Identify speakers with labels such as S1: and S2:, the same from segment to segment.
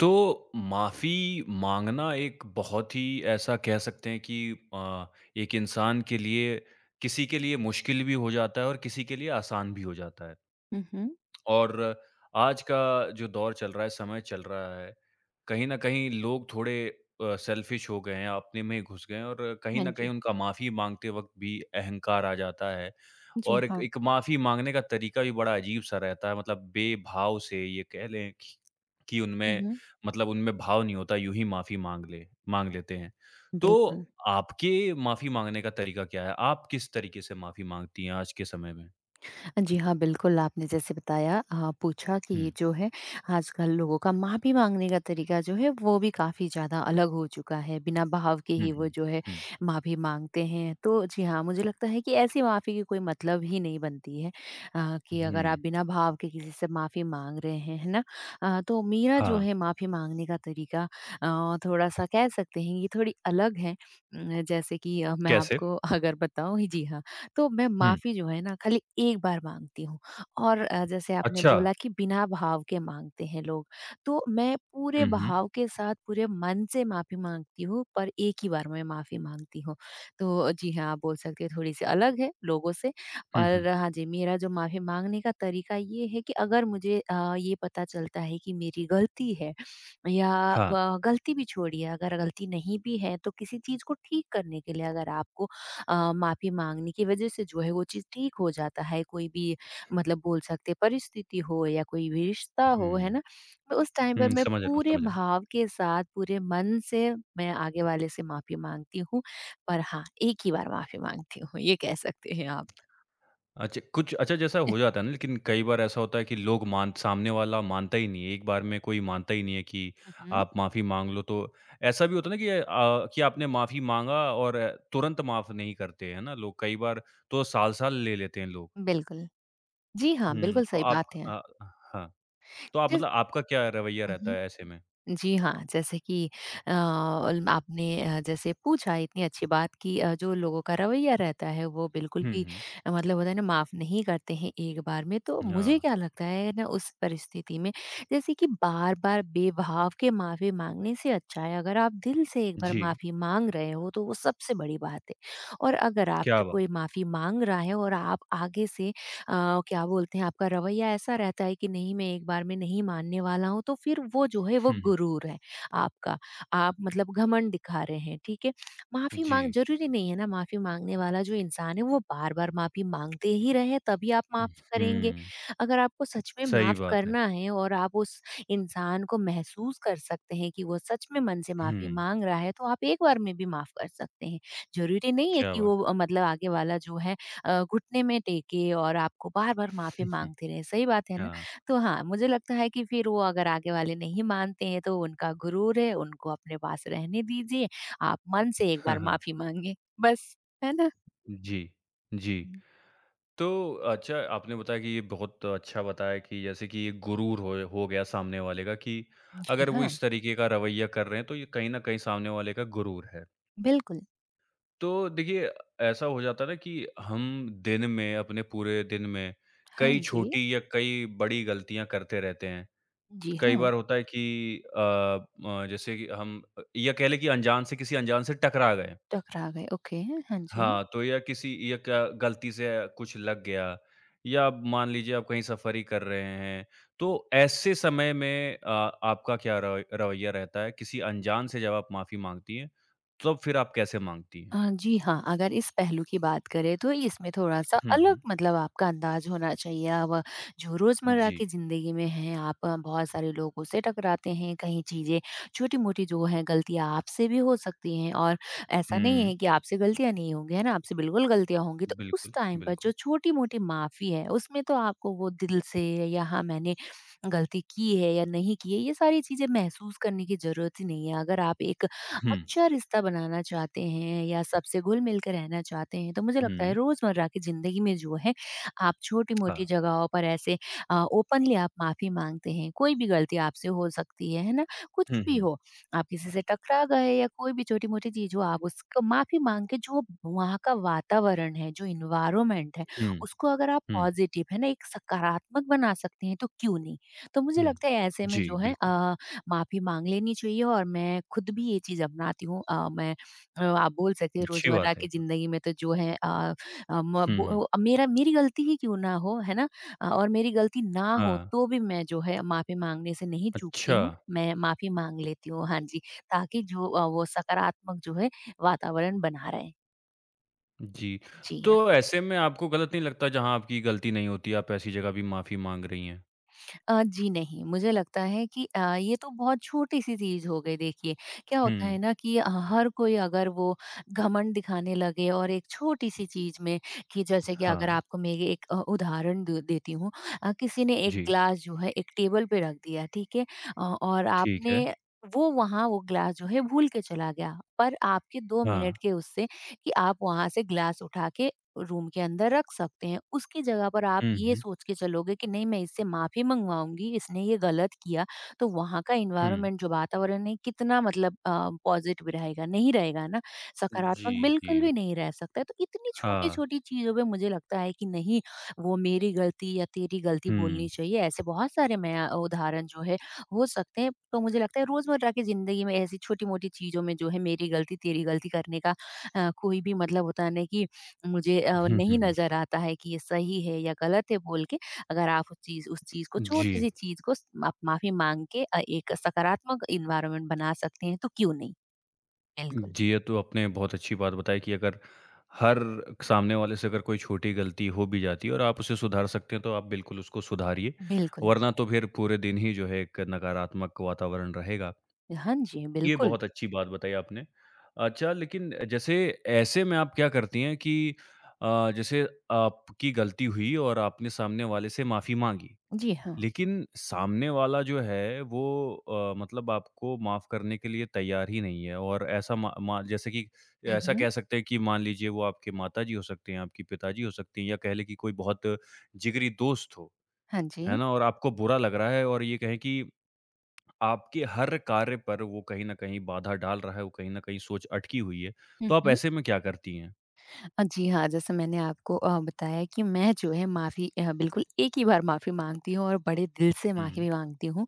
S1: तो माफ़ी माँगना एक बहुत ही ऐसा कह सकते हैं कि अ, एक इंसान के लिए किसी के लिए मुश्किल भी हो जाता है और किसी के लिए आसान भी हो जाता है।
S2: हुँ, हुँ।
S1: और आज का जो दौर चल रहा है, समय चल रहा है, कहीं न कहीं लोग थोड़े सेल्फिश हो गए हैं, अपने में ही घुस गए हैं और कहीं
S2: हाँ
S1: न कहीं
S2: जी।
S1: उनका माफ़ी माँगते वक़्त भी अहंकार आ जाता है।
S2: जी,
S1: और एक
S2: हाँ।
S1: एक माफ़ी माँगने का तरीका भी बड़ा अजीब-सा रहता है, मतलब बेभाव से ये कह लें कि
S2: हुँ,
S1: उनमें
S2: हुँ।
S1: मतलब उनमें भाव नहीं होता, यूँ ही माफ़ी माँग लेते हैं। तो
S2: बिल्कुल।
S1: आपके माफ़ी माँगने का तरीका क्या है? आप किस तरीके से माफ़ी माँगती हैं आज के समय में?
S2: जी हाँ, बिल्कुल, आपने जैसे बताया पूछा कि
S1: हुँ।
S2: ये जो है आजकल लोगों का माफ़ी माँगने का तरीका जो है वो भी काफ़ी ज़्यादा अलग हो चुका है, बिना भाव के
S1: हुँ,
S2: ही वो
S1: हुँ।
S2: जो है
S1: हुँ।
S2: माफ़ी माँगते हैं। तो जी हाँ, मुझे लगता है कि ऐसी माफ़ी की कोई मतलब ही नहीं बनती है कि अगर आप
S1: हुँ।
S2: बिना भाव के किसी से माफ़ी माँग रहे हैं, है ना? तो मेरा जो
S1: हाँ,
S2: है माफ़ी माँगने का तरीका थोड़ा-सा कह सकते हैं ये थोड़ी अलग है। जैसे कि मैं
S1: कैसे?
S2: आपको अगर बताऊँ जी हाँ, तो मैं
S1: हुँ,
S2: माफ़ी जो है ना खाली एक बार माँगती हूँ और जैसे आपने
S1: अच्छा।
S2: बोला कि बिना भाव के माँगते हैं लोग, तो मैं पूरे
S1: हुँ, हुँ।
S2: भाव के साथ पूरे मन से माफ़ी माँगती हूँ पर एक ही बार में माफ़ी माँगती हूँ। तो जी हाँ, आप बोल सकते हैं थोड़ी-सी अलग है लोगों से।
S1: हुँ, हुँ।
S2: और हाँ जी, मेरा जो माफ़ी माँगने का तरीका ये है कि अगर मुझे ये पता चलता है कि मेरी गलती है या
S1: हाँ।
S2: व गलती भी छोड़िए अगर गलती नहीं भी है तो किसी चीज़ को ठीक करने के लिए अगर आपको माफ़ी माँगने की वजह से जो है वो चीज़ ठीक हो जाता है। कोई भी मतलब बोल सकते हैं परिस्थिति हो या कोई भी रिश्ता हो, है
S1: हुँ,
S2: ना? तो उस टाइम पर मैं पूरे
S1: समझ रहा हूँ।
S2: भाव के साथ पूरे मन से मैं आगे वाले से माफ़ी माँगती हूँ। पर हाँ, एक ही बार माफ़ी माँगती हूँ, ये कह सकते हैं आप।
S1: अच्छा कुछ अच्छा जैसा हो जाता है ना लेकिन कई बार ऐसा होता है कि लोग मान सामने वाला मानता ही नहीं है, एक बार में कोई मानता ही नहीं है कि
S2: हुँ, हुँ।
S1: आप माफ़ी माँग लो तो ऐसा भी होता है ना कि कि आपने माफ़ी माँगा और तुरंत माफ़ नहीं करते, है ना लोग? कई बार तो साल-साल ले लेते हैं लोग।
S2: बिल्कुल। जी हाँ,
S1: हुँ,
S2: बिल्कुल
S1: तो
S2: सही
S1: आप
S2: बात है।
S1: अ, हाँ, तो आप
S2: जिस
S1: मतलब आपका क्या रवैया
S2: हुँ,
S1: रहता
S2: हुँ।
S1: है ऐसे में?
S2: जी हाँ, जैसे कि अ, अल आपने जैसे पूछा इतनी अच्छी बात कि जो लोगों का रवैया रहता है वो बिल्कुल
S1: हुँ,
S2: भी
S1: हुँ।
S2: मतलब होता है ना माफ़ नहीं करते हैं एक बार में। तो मुझे
S1: हाँ,
S2: क्या लगता है ना उस परिस्थिति में जैसे कि बार-बार बेभाव के माफ़ी माँगने से अच्छा है अगर आप दिल से एक बार
S1: जी,
S2: माफ़ी माँग रहे हो तो वो सबसे बड़ी बात है। और अगर
S1: क्या
S2: आपसे
S1: बात
S2: कोई माफ़ी माँग रहा है और आप आगे से क्या बोलते हैं आपका रवैया ऐसा रहता है कि नहीं मैं एक बार में नहीं मानने वाला हूँ तो फिर वो जो है वो
S1: हुँ, हुँ।
S2: गुरूर है आपका। आप मतलब घमंड दिखा रहे हैं, ठीक है। माफी
S1: जी।
S2: मांग जरूरी नहीं है ना माफी मांगने वाला जो इंसान है वो बार बार माफी मांगते ही रहे तभी आप माफ करेंगे।
S1: हुँ,
S2: अगर आपको सच में
S1: सही
S2: माफ
S1: बात है।
S2: करना है और आप उस इंसान को महसूस कर सकते हैं कि वो सच में मन से माफी
S1: हुँ,
S2: मांग रहा है तो आप एक बार में भी माफ कर सकते हैं। जरूरी नहीं है
S1: क्या
S2: कि
S1: बात
S2: वो मतलब आगे वाला जो है घुटने में टेके और आपको बार-बार
S1: है।
S2: माफ़ी माँगते रहे, सही बात है ना?
S1: हाँ,
S2: तो हाँ, मुझे लगता है कि फिर वो अगर आगे वाले नहीं मानते हैं तो उनका गुरूर है, उनको अपने पास रहने दीजिए, आप मन से एक
S1: हाँ,
S2: बार
S1: हाँ।
S2: माफ़ी माँगे, बस, है ना?
S1: जी, जी।
S2: हुँ,
S1: तो अच्छा आपने बताया कि ये बहुत अच्छा बताया कि जैसे कि ये गुरूर होए हो गया सामने वाले का कि
S2: जी
S1: अगर वो
S2: हाँ,
S1: इस तरीके का रवैया कर रहे हैं, तो ये कहीं न कहीं सामने वाले का गुरूर है।
S2: बिल्कुल।
S1: तो देखिए ऐसा हो जाता है ना कि हम अपने पूरे दिन में
S2: हाँ
S1: कई
S2: जी।
S1: छोटी या कई बड़ी गलतियाँ करते रहते हैं।
S2: जी
S1: कई
S2: हाँ,
S1: बार होता है कि जैसे कि या कह लें कि अनजान से किसी अनजान से टकरा गए।
S2: टकरा गए, ओके, हाँ जी।
S1: हाँ, तो या किसी या क्या गलती से कुछ लग गया या आप मान लीजिए आप कहीं सफ़र ही कर रहे हैं, तो ऐसे समय में आपका क्या रव रवैया रहता है? किसी अनजान से जब आप माफ़ी माँगती हैं, तब फिर आप कैसे माँगती हैं?
S2: जी हाँ, अगर इस पहलू की बात करें तो इसमें थोड़ा-सा
S1: हुँ,
S2: अलग
S1: हुँ।
S2: मतलब आपका अंदाज़ होना चाहिए। अब जो रोज़मर्रा
S1: जी।
S2: की ज़िंदगी में हैं, आप बहुत सारे लोगों से टकराते हैं, कहीं चीज़ें छोटी-मोटी जो हैं गलतियाँ आपसे भी हो सकती हैं और ऐसा नहीं
S1: हुँ।
S2: है कि आपसे गलतियाँ नहीं होंगी, है ना? आपसे बिल्कुल गलतियाँ होंगी। तो उस टाइम पर
S1: बिल्कुल।
S2: जो छोटी-मोटी माफ़ी है, उसमें तो आपको वो दिल से या हाँ, मैंने गलती की है या नहीं की है, ये सारी चीज़ें महसूस करने की ज़रूरत ही नहीं है। अगर आप एक
S1: हुँ,
S2: अच्छा रिश्ता बनाना चाहते हैं या सबसे घुल-मिल के रहना चाहते हैं, तो मुझे लगता है
S1: हुँ।
S2: रोज़मर्रा की ज़िंदगी में जो है, आप छोटी-मोटी
S1: हाँ।
S2: जगहों पर ऐसे ओपनली आप माफ़ी माँगते हैं। कोई भी गलती आपसे हो सकती है ना? कुछ
S1: हुँ,
S2: भी
S1: हुँ।
S2: हो, आप किसी से टकरा गए या कोई भी छोटी-मोटी चीज़ हो, आप उसको माफ़ी माँग के जो वहाँ का वातावरण है, जो एनवायरनमेंट है,
S1: हुँ,
S2: उसको अगर आप
S1: हुँ,
S2: पॉजिटिव है ना, एक सकारात्मक बना सकते हैं, तो क्यों नहीं? तो मुझे
S1: हुँ।
S2: लगता है ऐसे में
S1: जी,
S2: जो है
S1: बिल्कुल।
S2: माफ़ी माँग लेनी चाहिए और मैं खुद भी ये चीज़ अपनाती हूँ। आप बोल सकते हैं
S1: अच्छी
S2: रोज़मर्रा
S1: बात है ये
S2: की
S1: तो।
S2: ज़िंदगी में तो जो है अ, अ, म
S1: हुँ,
S2: बो
S1: हुँ।
S2: अ, मेरा मेरी गलती ही क्यों ना हो, है ना? और मेरी गलती ना हो
S1: हाँ,
S2: तो भी मैं जो है माफ़ी माँगने से नहीं चूकती
S1: अच्छा,
S2: हूँ, मैं माफ़ी माँग लेती हूँ। हाँ जी, ताकि जो वो सकारात्मक जो है वातावरण बना रहे।
S1: जी।
S2: जी
S1: तो
S2: हाँ।
S1: ऐसे में आपको गलत नहीं लगता जहाँ आपकी गलती नहीं होती, आप ऐसी जगह भी माफ़ी माँग रही हैं?
S2: जी नहीं, मुझे लगता है कि ये तो बहुत छोटी-सी चीज़ हो गई देखिए। क्या होता
S1: हुँ,
S2: है ना कि हर कोई अगर वो घमंड दिखाने लगे और एक छोटी-सी चीज़ में कि जैसे कि अगर
S1: हाँ,
S2: आपको मैं ये एक उदाहरण द देती हूँ, किसी ने एक
S1: जी,
S2: ग्लास जो है एक टेबल पे रख दिया, ठीक है? और
S1: ठीक है।
S2: आपने वो वहाँ वो ग्लास जो है भूल के चला गया, पर आपके 2
S1: हाँ,
S2: मिनट के उससे कि आप वहाँ से ग्लास उठा के रूम के अंदर रख सकते हैं। उसकी जगह पर आप
S1: हुँ,
S2: ये
S1: हुँ,
S2: सोच के चलोगे कि नहीं मैं इससे माफ़ी मँगवाऊँगी, इसने ये गलत किया, तो वहाँ का
S1: हुँ।
S2: एनवायरनमेंट जो वातावरण है कितना मतलब पॉज़िटिव रहेगा, नहीं रहेगा ना।
S1: जी,
S2: सकारात्मक
S1: जी,
S2: बिल्कुल भी नहीं रह सकता है। तो इतनी
S1: हाँ,
S2: छोटी-छोटी चीज़ों पे मुझे लगता है कि नहीं वो मेरी गलती या तेरी गलती
S1: हुँ,
S2: बोलनी चाहिए। ऐसे बहुत सारे मैं उदाहरण जो है हो सकते हैं। तो मुझे लगता है रोज़मर्रा की ज़िंदगी में ऐसी छोटी-मोटी चीज़ों में जो है मेरी गलती, तेरी गलती करने का कोई भी मतलब होता है ना कि मुझे
S1: हुँ, हुँ,
S2: नहीं
S1: हुँ।
S2: नज़र आता है कि ये सही है या गलत है बोल के, अगर आप उस चीज़ को
S1: जी,
S2: छोटी-सी चीज़ को स आप माफ़ी माँग के एक सकारात्मक एनवायरनमेंट बना सकते हैं, तो क्यों नहीं? बिल्कुल,
S1: जी, ये तो आपने बहुत अच्छी बात बताई कि अगर हर सामने वाले से अगर कोई छोटी गलती हो भी जाती है और आप उसे सुधार सकते हैं, तो आप बिल्कुल उसको सुधारिए,
S2: बिल्कुल।
S1: वरना तो फिर पूरे दिन ही जो है एक नकारात्मक वातावरण रहेगा।
S2: हाँ जी,
S1: ये
S2: बिल्कुल।
S1: बहुत अच्छी बात बताई आपने। अच्छा लेकिन जैसे ऐसे में आप क्या करती हैं कि जैसे आपकी गलती हुई और आपने सामने वाले से माफ़ी माँगी,
S2: जी हाँ।
S1: लेकिन सामने वाला जो है वो मतलब आपको माफ़ करने के लिए तैयार ही नहीं है और ऐसा मा मा जैसे कि
S2: हुँ,
S1: ऐसा
S2: हुँ।
S1: कह सकते हैं कि मान लीजिए वो आपके माताजी हो सकते हैं, आपके पिताजी हो सकते हैं या कह लें कि कोई बहुत जिगरी दोस्त हो,
S2: हाँ
S1: है
S2: जी।
S1: ना? और आपको बुरा लग रहा है और ये कहें कि आपके हर कार्य पर वो कहीं न कहीं बाधा डाल रहा है, वो कहीं न कहीं सोच अटकी हुई है,
S2: हुँ,
S1: तो आप
S2: हुँ।
S1: ऐसे में क्या करती हैं?
S2: जी हाँ, जैसे मैंने आपको बताया कि मैं जो है माफ़ी बिल्कुल एक ही बार माफ़ी माँगती हूँ और बड़े दिल से
S1: हुँ,
S2: माफ़ी माँगती हूँ।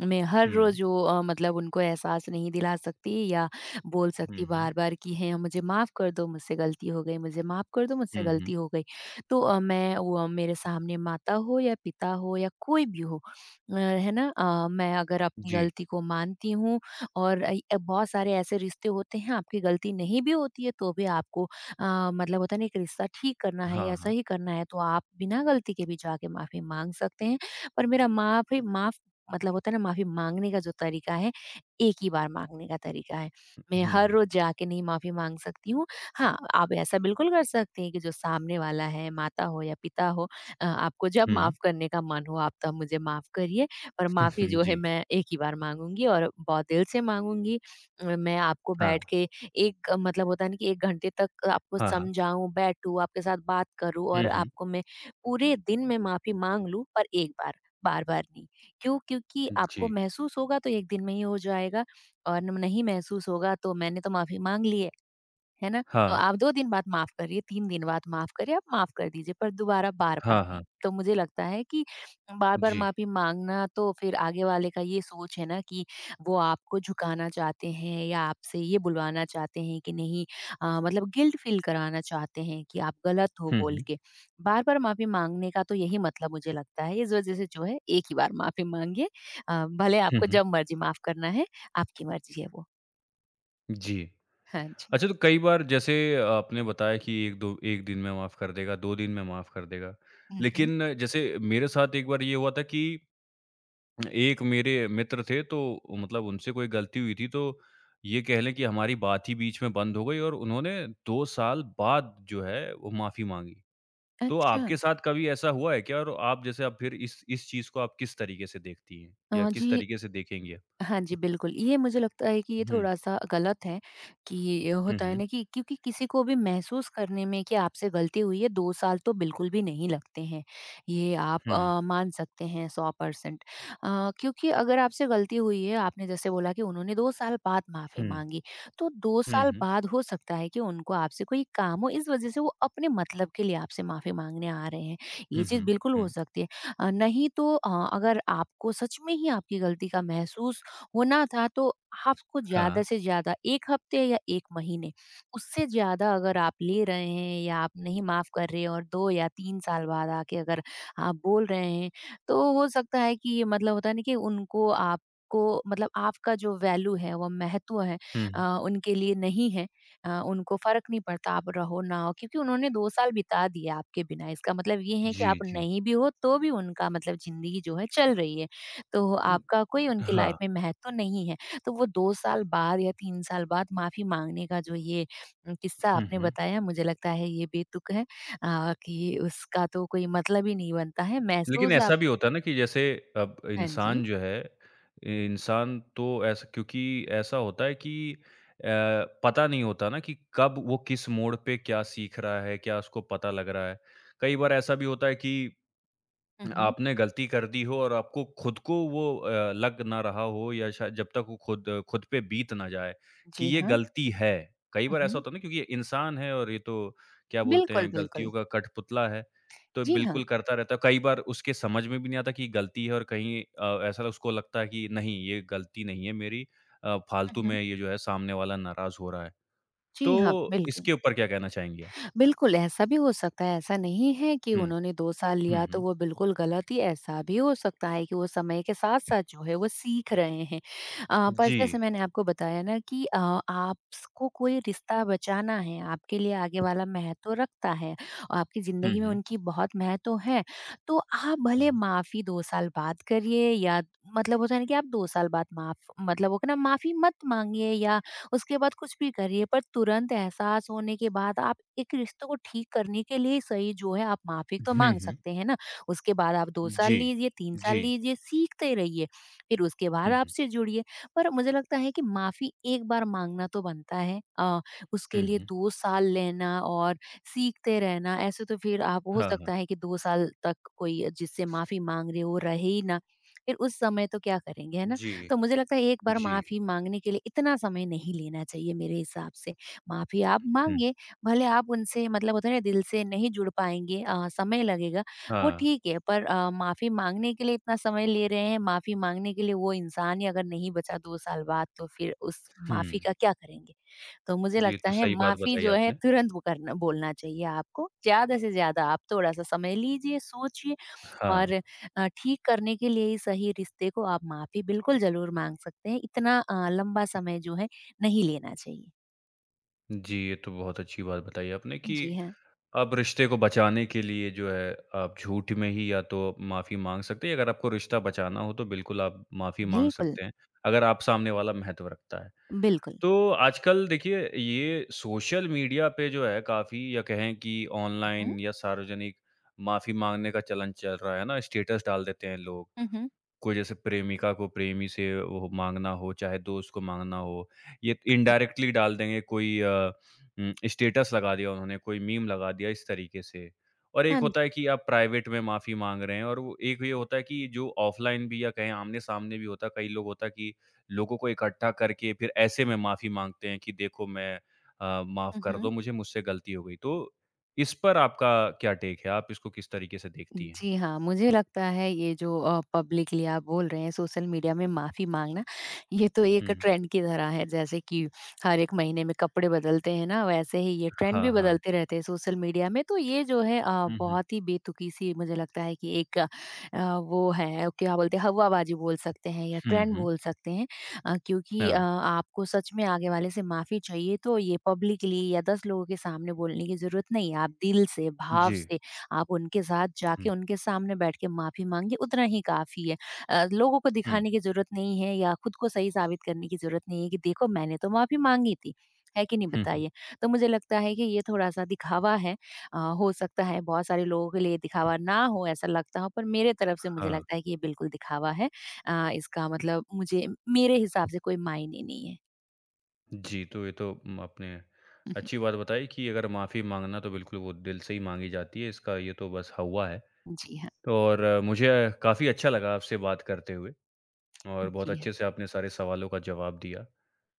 S2: मैं हर
S1: हुँ,
S2: रोज़ वो मतलब उनको एहसास नहीं दिला सकती या बोल
S1: हुँ,
S2: सकती
S1: हुँ,
S2: बार-बार कि हैं मुझे माफ़ कर दो मुझसे गलती हो गई, मुझे माफ़ कर दो मुझसे
S1: हुँ, हुँ,
S2: गलती हो गई। तो मैं मेरे सामने माता हो या पिता हो या कोई भी हो, है ना? मैं अगर अपनी
S1: जी।
S2: गलती को मानती हूँ और बहुत सारे ऐसे रिश्ते होते हैं आपकी गलती नहीं भी होती है तो भी आपको मतलब होता है ना एक रिश्ता ठीक करना है
S1: हाँ,
S2: या
S1: हाँ।
S2: सही करना है तो आप बिना गलती के भी जाके माफ़ी माँग सकते हैं। पर मेरा माफ़ी माफ़ मतलब होता है ना माफ़ी माँगने का जो तरीका है, एक ही बार माँगने का तरीका है। मैं
S1: हुँ,
S2: हर
S1: हुँ,
S2: रोज़ जाके नहीं माफ़ी माँग सकती हूँ। हाँ, आप ऐसा बिल्कुल कर सकते हैं कि जो सामने वाला है, माता हो या पिता हो, आपको जब
S1: हुँ,
S2: माफ़ करने का मन हो आप तब मुझे माफ़ करिए। पर माफ़ी
S1: हुँ,
S2: जो है
S1: जी।
S2: मैं एक ही बार माँगूँगी और बहुत दिल से माँगूँगी। मैं आपको बैठ
S1: हाँ,
S2: के एक मतलब होता है ना कि 1 घंटे तक आपको
S1: हाँ, हाँ।
S2: समझाऊँ, बैठूँ, आपके साथ बात करूँ
S1: हुँ,
S2: और
S1: हुँ,
S2: आपको मैं पूरे दिन में माफ़ी माँग लूँ पर एक बार, बार-बार नहीं। क्यों? क्योंकि आपको
S1: जी।
S2: महसूस होगा तो 1 दिन में ही हो जाएगा और नहीं महसूस होगा तो मैंने तो माफ़ी माँग ली है। है ना? तो
S1: हाँ,
S2: आप 2 दिन बाद माफ़ करिए, 3 दिन बाद माफ़ करिए, आप माफ़ कर दीजिए, पर दोबारा बार-बार
S1: हाँ, हाँ,
S2: नहीं। तो मुझे लगता है कि बार-बार
S1: जी।
S2: माफ़ी माँगना तो फिर आगे वाले का ये सोच है ना कि वो आपको झुकाना चाहते हैं या आपसे ये बुलवाना चाहते हैं कि नहीं मतलब गिल्ट फ़ील कराना चाहते हैं कि आप गलत हो
S1: हुँ,
S2: बोल
S1: हुँ,
S2: के। बार-बार माफ़ी माँगने का तो यही मतलब मुझे लगता है, इस वज़ह से जो है एक ही बार माफ़ी माँगिए, भले
S1: हुँ,
S2: आपको
S1: हुँ,
S2: जब मर्ज़ी माफ़ करना है, आपकी मर्ज़ी है वो।
S1: जी।
S2: हाँ जी।
S1: अच्छा तो कई बार जैसे आपने बताया कि 1-2 1 दिन में माफ़ कर देगा, 2 दिन में माफ़ कर देगा,
S2: हुँ, हुँ।
S1: लेकिन जैसे मेरे साथ एक बार ये हुआ था कि एक मेरे मित्र थे तो मतलब उनसे कोई गलती हुई थी तो ये कह लें कि हमारी बात ही बीच में बंद हो गई और उन्होंने 2 साल बाद जो है वो माफ़ी माँगी। तो
S2: अच्छा।
S1: आपके साथ कभी ऐसा हुआ है क्या? और आप जैसे आप फिर इस चीज़ को आप किस तरीके से देखती हैं या किस
S2: जी
S1: तरीके से देखेंगी आप?
S2: हाँ जी, बिल्कुल। ये मुझे लगता है कि ये
S1: हुँ,
S2: थोड़ा-सा गलत है कि ये
S1: हुँ,
S2: होता है
S1: हुँ,
S2: ना कि क्योंकि किसी को भी महसूस करने में कि आपसे गलती हुई है 2 साल तो बिल्कुल भी नहीं लगते हैं। ये आप
S1: हुँ,
S2: मान सकते हैं 100% , क्योंकि अगर आपसे गलती हुई है आपने जैसे बोला कि उन्होंने 2 साल बाद माफ़ी
S1: हुँ,
S2: माँगी, तो 2
S1: हुँ,
S2: साल
S1: हुँ,
S2: बाद हो सकता है कि उनको आपसे कोई काम हो इस वज़ह से वो अपने मतलब के लिए आपसे माफ़ी माँगने आ रहे हैं। ये
S1: हुँ,
S2: चीज़
S1: हुँ,
S2: बिल्कुल हो
S1: हुँ,
S2: सकती है। नहीं तो अगर आपको सच में ही आपकी गलती का महसूस होना था तो आपको
S1: हाँ,
S2: ज़्यादा से ज़्यादा 1 हफ्ते या 1 महीने, उससे ज़्यादा अगर आप ले रहे हैं या आप नहीं माफ़ कर रहे हैं और 2 या 3 साल बाद आके अगर आप बोल रहे हैं, तो हो सकता है कि ये मतलब होता है ना कि उनको आपको मतलब आपका जो वैल्यू है, वो महत्व है,
S1: हुँ,
S2: उनके लिए नहीं है। उनको फ़र्क नहीं पड़ता आप रहो ना हो क्योंकि उन्होंने 2 साल बिता दिए आपके बिना। इसका मतलब ये है कि
S1: जी,
S2: आप
S1: जी।
S2: नहीं भी हो तो भी उनका मतलब ज़िंदगी जो है चल रही है। तो
S1: हुँ,
S2: आपका कोई उनकी लाइफ
S1: हाँ,
S2: में महत्व नहीं है। तो वो 2 साल बाद या 3 साल बाद माफ़ी माँगने का जो ये किस्सा
S1: हुँ,
S2: आपने
S1: हुँ।
S2: बताया मुझे लगता है ये बेतुक है, कि उसका तो कोई मतलब ही नहीं बनता है।
S1: लेकिन
S2: महसूस
S1: ऐसा
S2: आप
S1: भी होता है ना कि जैसे अब
S2: हाँ जी।
S1: इंसान जो है, इंसान तो ऐसा क्योंकि ऐसा होता है कि अ, पता नहीं होता ना कि कब वो किस मोड़ पे क्या सीख रहा है, क्या उसको पता लग रहा है। कई बार ऐसा भी होता है कि
S2: हुँ, हुँ।
S1: आपने गलती कर दी हो और आपको खुद को वो लग ना रहा हो या शायद जब तक वो खुद खुद पे बीत ना जाए कि
S2: जी
S1: ये
S2: हाँ।
S1: गलती है। कई
S2: हुँ,
S1: बार ऐसा
S2: हुँ।
S1: होता है ना क्योंकि ये इंसान है और ये तो क्या बोलते
S2: बिल्कुल,
S1: हैं गलतियों
S2: बिल्कुल।
S1: का कठपुतला है, तो
S2: जी हाँ।
S1: बिल्कुल करता रहता है। कई बार उसके समझ में भी नहीं आता कि ये गलती है और कहीं ऐसा उसको लगता है कि नहीं ये गलती नहीं है मेरी,
S2: हुँ,
S1: फालतू
S2: हुँ।
S1: में ये जो है सामने वाला नाराज़ हो रहा है।
S2: जी हाँ,
S1: तो
S2: बिल्कुल।
S1: इसके ऊपर क्या कहना चाहेंगी आप?
S2: बिल्कुल, ऐसा भी हो सकता है, ऐसा नहीं है कि
S1: हुँ।
S2: उन्होंने 2 साल
S1: हुँ,
S2: लिया तो
S1: हुँ।
S2: वो बिल्कुल गलत ही ऐसा भी हो सकता है कि वो समय के साथ-साथ जो है वो सीख रहे हैं। पर
S1: जी।
S2: जैसे मैंने आपको बताया ना कि, आपको कोई रिश्ता बचाना है, आपके लिए आगे वाला महत्व रखता है, और आपकी
S1: हुँ,
S2: ज़िंदगी में
S1: हुँ।
S2: उनकी बहुत महत्व है, तो आप
S1: हुँ।
S2: भले माफ़ी 2 साल बाद करिए या मतलब होता है ना कि आप 2 साल बाद माफ़ मतलब होगा ना माफ़ी मत माँगिए या उसके बाद कुछ भी करिए पर तुरंत एहसास होने के बाद आप एक रिश्ते को ठीक करने के लिए सही जो है आप माफ़ी तो
S1: हुँ,
S2: माँग
S1: हुँ।
S2: सकते हैं ना। उसके बाद आप 2 साल
S1: जी,
S2: लीजिए, 3 साल
S1: जी।
S2: लीजिए, सीखते रहिए, फिर उसके बाद
S1: हुँ, हुँ।
S2: आपसे जुड़िए। पर मुझे लगता है कि माफ़ी एक बार माँगना तो बनता है, उसके
S1: हुँ,
S2: लिए
S1: हुँ।
S2: 2 साल लेना और सीखते रहना ऐसे तो फिर आप हो
S1: हाँ, हाँ।
S2: सकता है कि 2 साल तक कोई जिससे माफ़ी माँग रहे हो रहे ही ना, फिर उस समय तो क्या करेंगे, है ना?
S1: जी,
S2: तो मुझे लगता है एक बार
S1: जी।
S2: माफ़ी माँगने के लिए इतना समय नहीं लेना चाहिए मेरे हिसाब से। माफ़ी आप
S1: हुँ,
S2: माँगे, भले आप उनसे मतलब होता है ना दिल से नहीं जुड़ पाएँगे, समय लगेगा, वो
S1: हाँ।
S2: ठीक है पर माफ़ी माँगने के लिए इतना समय ले रहे हैं, माफ़ी माँगने के लिए वो इंसान ही अगर नहीं बचा 2 साल बाद तो फिर उस
S1: हुँ।
S2: माफ़ी का क्या करेंगे? तो मुझे
S1: जी, ये
S2: लगता
S1: तो
S2: है
S1: सही बात
S2: माफ़ी
S1: बताई
S2: जो है
S1: आपने।
S2: तुरंत वो करना बोलना चाहिए आपको। ज़्यादा से ज़्यादा आप थोड़ा-सा समय लीजिए, सोचिए
S1: हाँ।
S2: और ठीक करने के लिए ही सही रिश्ते को आप माफ़ी बिल्कुल ज़रूर माँग सकते हैं, इतना लंबा समय जो है नहीं लेना चाहिए।
S1: जी, ये तो बहुत अच्छी बात बताई आपने कि
S2: जी हाँ,
S1: आप रिश्ते को बचाने के लिए जो है आप झूठ में ही या तो माफ़ी माँग सकते हैं, अगर आपको रिश्ता बचाना हो तो बिल्कुल आप माफ़ी माँग
S2: बिल्कुल,
S1: सकते हैं, अगर आप सामने वाला महत्व रखता है।
S2: बिल्कुल।
S1: तो आजकल देखिए ये सोशल मीडिया पे जो है काफ़ी या कहें कि
S2: हुँ,
S1: ऑनलाइन या सार्वजनिक माफ़ी माँगने का चलन चल रहा है ना, स्टेटस डाल देते हैं लोग।
S2: हुँ, हुँ।
S1: कोई जैसे प्रेमिका को प्रेमी से वो माँगना हो, चाहे दोस्त को माँगना हो, ये इनडायरेक्टली डाल देंगे कोई स्टेटस लगा दिया उन्होंने, कोई मीम लगा दिया इस तरीके से। और एक
S2: हाँ जी।
S1: होता है कि आप प्राइवेट में माफ़ी माँग रहे हैं और वो एक ये होता है कि जो ऑफ़लाइन भी या कहें आमने-सामने भी होता है, कई लोग होता है कि लोगों को इकट्ठा करके फिर ऐसे में माफ़ी माँगते हैं कि देखो मैं माफ़
S2: हुँ,
S1: कर
S2: हुँ।
S1: दो मुझे, मुझसे गलती हो गई। तो इस पर आपका क्या टेक है? आप इसको किस तरीके से देखती हैं?
S2: जी हाँ, मुझे लगता है ये जो पब्लिकली आप बोल रहे हैं सोशल मीडिया में माफ़ी माँगना, ये तो एक
S1: हुँ।
S2: ट्रेंड की तरह है जैसे कि हर एक महीने में कपड़े बदलते हैं ना, वैसे ही ये ट्रेंड
S1: हाँ,
S2: भी
S1: हाँ।
S2: बदलते रहते हैं सोशल मीडिया में। तो ये जो है
S1: हुँ, हुँ।
S2: बहुत ही बेतुकी-सी मुझे लगता है कि एक, वो है क्या बोलते हैं हवाबाज़ी बोल सकते हैं या
S1: हुँ,
S2: ट्रेंड
S1: हुँ।
S2: बोल सकते हैं, क्योंकि
S1: हाँ।
S2: आपको सच में आगे वाले से माफ़ी चाहिए तो ये पब्लिकली या 10 लोगों के सामने बोलने की ज़रूरत नहीं है। आप दिल से, भाव
S1: जी।
S2: से आप उनके साथ जाके
S1: हुँ,
S2: उनके सामने बैठ के माफ़ी माँगिए उतना ही काफ़ी है। लोगों को
S1: हुँ,
S2: दिखाने की ज़रूरत नहीं है या खुद को सही साबित करने की ज़रूरत नहीं है कि देखो मैंने तो माफ़ी माँगी थी। है कि नहीं
S1: हुँ, हुँ।
S2: बताइए? तो मुझे लगता है कि ये थोड़ा-सा दिखावा है। हो सकता है बहुत सारे लोगों के लिए दिखावा ना हो ऐसा लगता हो पर मेरे तरफ से मुझे
S1: हाँ,
S2: लगता है कि ये बिल्कुल दिखावा है। इसका मतलब मुझे मेरे हिसाब से कोई मायने नहीं है।
S1: जी, तो ये तो आपने अच्छी बात बताई कि अगर माफ़ी माँगना तो बिल्कुल वो दिल से ही माँगी जाती है, इसका ये तो बस हौवा है।
S2: जी हाँ,
S1: तो और मुझे काफ़ी अच्छा लगा आपसे बात करते हुए और बहुत
S2: जी हाँ,
S1: अच्छे से आपने सारे सवालों का जवाब दिया।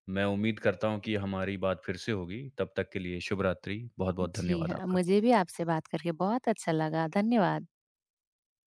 S1: मैं उम्मीद करता हूँ कि हमारी बात फिर से होगी, तब तक के लिए शुभ रात्रि। बहुत-बहुत
S2: जी
S1: धन्यवाद
S2: हाँ।
S1: आपका।
S2: मुझे भी आपसे बात करके बहुत अच्छा लगा। धन्यवाद।